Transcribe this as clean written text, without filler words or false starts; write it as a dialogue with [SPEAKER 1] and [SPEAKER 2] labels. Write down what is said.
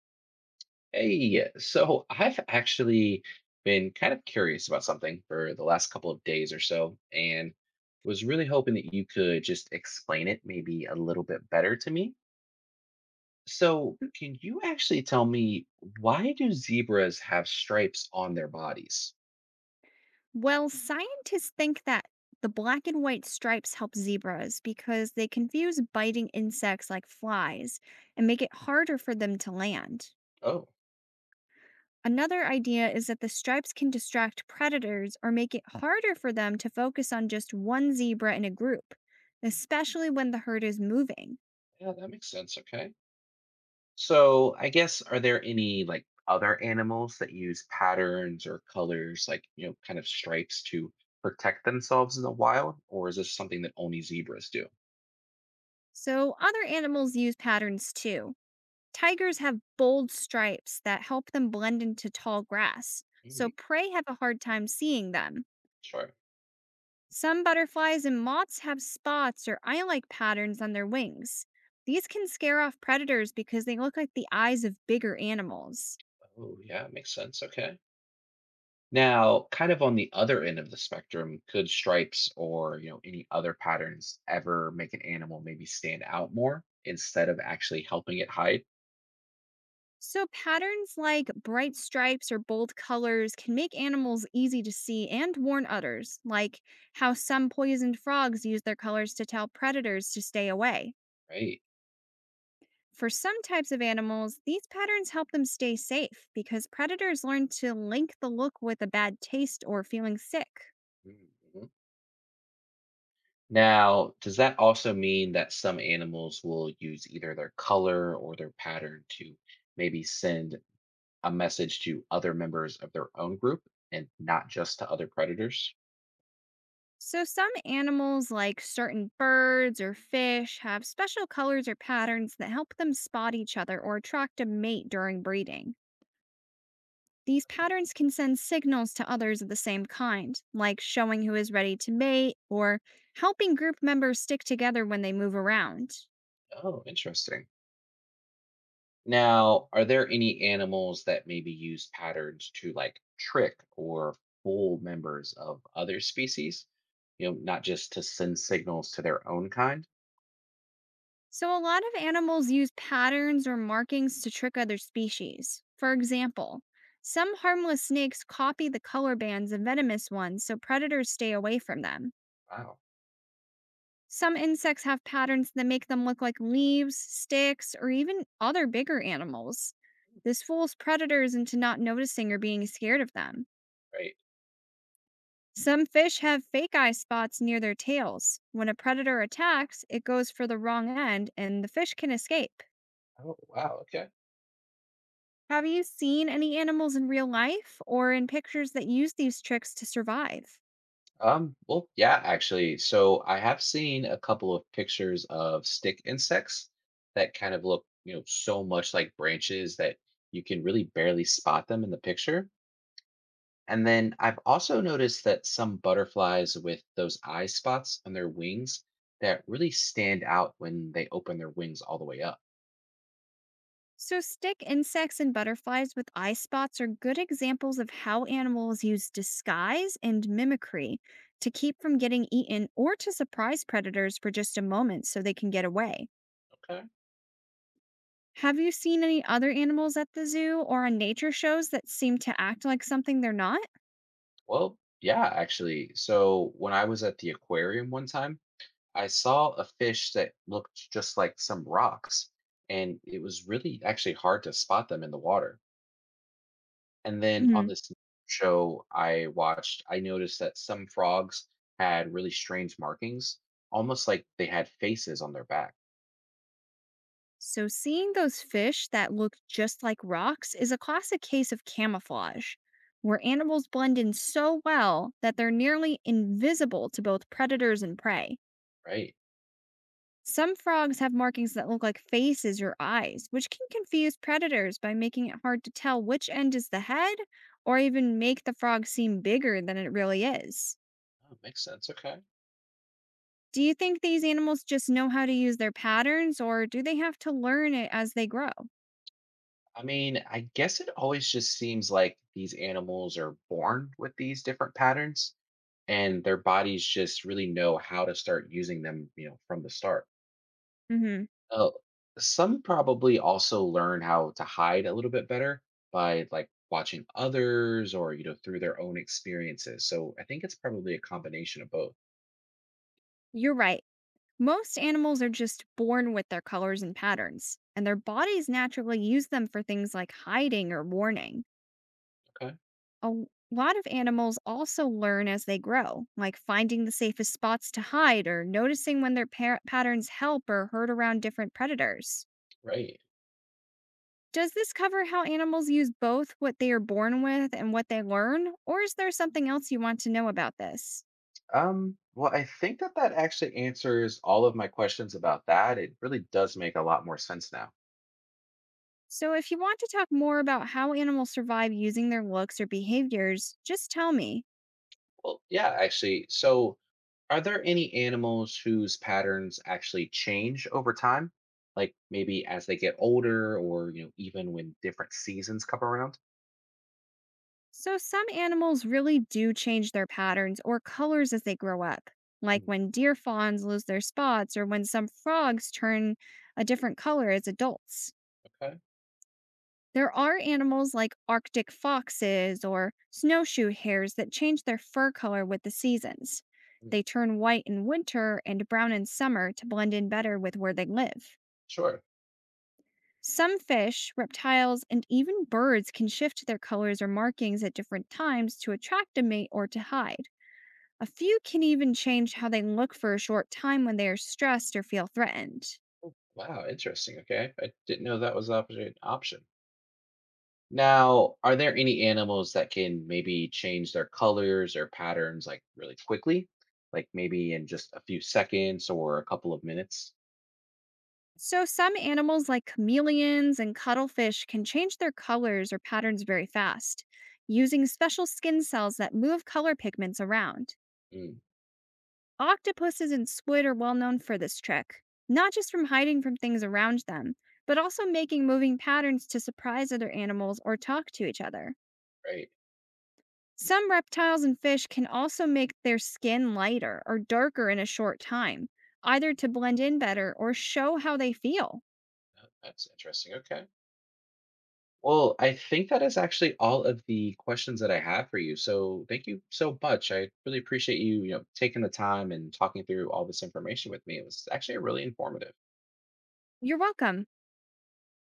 [SPEAKER 1] Hey, so I've actually been kind of curious about something for the last couple of days or so, and was really hoping that you could just explain it maybe a little bit better to me. So,
[SPEAKER 2] Mm.
[SPEAKER 1] can you actually tell me why do zebras have stripes on their bodies?
[SPEAKER 2] Well, scientists think that the black and white stripes help zebras because they confuse biting insects like flies and make it harder for them to land.
[SPEAKER 1] Oh,
[SPEAKER 2] Another idea is that the stripes can distract predators or make it harder for them to focus on just one zebra in a group, especially when the herd is moving.
[SPEAKER 1] yeah, that makes sense. Okay. So, I guess, are there any like other animals that use patterns or colors, like, you know, kind of stripes to protect themselves in the wild? Or is this something that only zebras do?
[SPEAKER 2] So, other animals use patterns too. Tigers have bold stripes that help them blend into tall grass, so
[SPEAKER 1] Mm,
[SPEAKER 2] prey have a hard time seeing them.
[SPEAKER 1] sure.
[SPEAKER 2] Some butterflies and moths have spots or eye like patterns on their wings. These can scare off predators because they look like the eyes of bigger animals.
[SPEAKER 1] Oh, yeah, makes sense. Okay. Now, kind of on the other end of the spectrum, could stripes or, you know, any other patterns ever make an animal maybe stand out more instead of actually helping it hide?
[SPEAKER 2] So, patterns like bright stripes or bold colors can make animals easy to see and warn others, like how some poisoned frogs use their colors to tell predators to stay away.
[SPEAKER 1] Right.
[SPEAKER 2] For some types of animals, these patterns help them stay safe because predators learn to link the look with a bad taste or feeling sick.
[SPEAKER 1] Mhm. Now, does that also mean that some animals will use either their color or their pattern to maybe send a message to other members of their own group and not just to other predators?
[SPEAKER 2] So, some animals, like certain birds or fish, have special colors or patterns that help them spot each other or attract a mate during breeding. These patterns can send signals to others of the same kind, like showing who is ready to mate or helping group members stick together when they move around.
[SPEAKER 1] Oh, interesting. Now, are there any animals that maybe use patterns to like trick or fool members of other species? You know, not just to send signals to their own kind?
[SPEAKER 2] So, a lot of animals use patterns or markings to trick other species. For example, some harmless snakes copy the color bands of venomous ones so predators stay away from them.
[SPEAKER 1] Wow,
[SPEAKER 2] Some insects have patterns that make them look like leaves, sticks, or even other bigger animals. This fools predators into not noticing or being scared of them.
[SPEAKER 1] right.
[SPEAKER 2] Some fish have fake eye spots near their tails. When a predator attacks, it goes for the wrong end and the fish can escape.
[SPEAKER 1] Oh, wow. Okay.
[SPEAKER 2] Have you seen any animals in real life or in pictures that use these tricks to survive?
[SPEAKER 1] Well, yeah, actually. So I have seen a couple of pictures of stick insects that kind of look, you know, so much like branches that you can really barely spot them in the picture. And then I've also noticed that some butterflies with those eye spots on their wings that really stand out when they open their wings all the way up.
[SPEAKER 2] So, stick insects and butterflies with eye spots are good examples of how animals use disguise and mimicry to keep from getting eaten or to surprise predators for just a moment so they can get away.
[SPEAKER 1] Okay.
[SPEAKER 2] Have you seen any other animals at the zoo or on nature shows that seem to act like something they're not?
[SPEAKER 1] Well, yeah, actually. So when I was at the aquarium one time, I saw a fish that looked just like some rocks, and it was really actually hard to spot them in the water. And then on
[SPEAKER 2] Mhm.
[SPEAKER 1] this show I watched, I noticed that some frogs had really strange markings, almost like they had faces on their back,
[SPEAKER 2] So, seeing those fish that look just like rocks is a classic case of camouflage, where animals blend in so well that they're nearly invisible to both predators and prey.
[SPEAKER 1] right?
[SPEAKER 2] Some frogs have markings that look like faces or eyes, which can confuse predators by making it hard to tell which end is the head or even make the frog seem bigger than it really is.
[SPEAKER 1] Oh, makes sense. Okay.
[SPEAKER 2] Do you think these animals just know how to use their patterns or do they have to learn it as they grow?
[SPEAKER 1] I mean, I guess it always just seems like these animals are born with these different patterns and their bodies just really know how to start using them, you know, from the start.
[SPEAKER 2] Mhm.
[SPEAKER 1] Uh, some probably also learn how to hide a little bit better by like watching others or you know through their own experiences. So I think it's probably a combination of both.
[SPEAKER 2] You're right. Most animals are just born with their colors and patterns, and their bodies naturally use them for things like hiding or warning.
[SPEAKER 1] Okay,
[SPEAKER 2] A lot of animals also learn as they grow, like finding the safest spots to hide or noticing when their patterns help or hurt around different predators.
[SPEAKER 1] right.
[SPEAKER 2] Does this cover how animals use both what they are born with and what they learn, or is there something else you want to know about this?
[SPEAKER 1] Well, I think that that actually answers all of my questions about that. It really does make a lot more sense now.
[SPEAKER 2] So, if you want to talk more about how animals survive using their looks or behaviors, just tell me.
[SPEAKER 1] Well, yeah, actually. So, are there any animals whose patterns actually change over time? Like maybe as they get older or, you know, even when different seasons come around?
[SPEAKER 2] So, some animals really do change their patterns or colors as they grow up, like when deer fawns lose their spots or when some frogs turn a different color as adults.
[SPEAKER 1] Okay.
[SPEAKER 2] There are animals like Arctic foxes or snowshoe hares that change their fur color with the seasons.
[SPEAKER 1] Mm,
[SPEAKER 2] They turn white in winter and brown in summer to blend in better with where they live.
[SPEAKER 1] sure.
[SPEAKER 2] Some fish, reptiles, and even birds can shift their colors or markings at different times to attract a mate or to hide. A few can even change how they look for a short time when they are stressed or feel threatened.
[SPEAKER 1] Wow, interesting. Okay. I didn't know that was the opposite option. Now, are there any animals that can maybe change their colors or patterns like really quickly? Like maybe in just a few seconds or a couple of minutes?
[SPEAKER 2] So, some animals like chameleons and cuttlefish can change their colors or patterns very fast, using special skin cells that move color pigments around.
[SPEAKER 1] Mm,
[SPEAKER 2] Octopuses and squid are well known for this trick, not just from hiding from things around them, but also making moving patterns to surprise other animals or talk to each other.
[SPEAKER 1] right.
[SPEAKER 2] Some reptiles and fish can also make their skin lighter or darker in a short time, either to blend in better or show how they feel.
[SPEAKER 1] That's interesting. Okay. Well, I think that is actually all of the questions that I have for you. So thank you so much. I really appreciate you, you know, taking the time and talking through all this information with me. It was actually really informative.
[SPEAKER 2] You're welcome.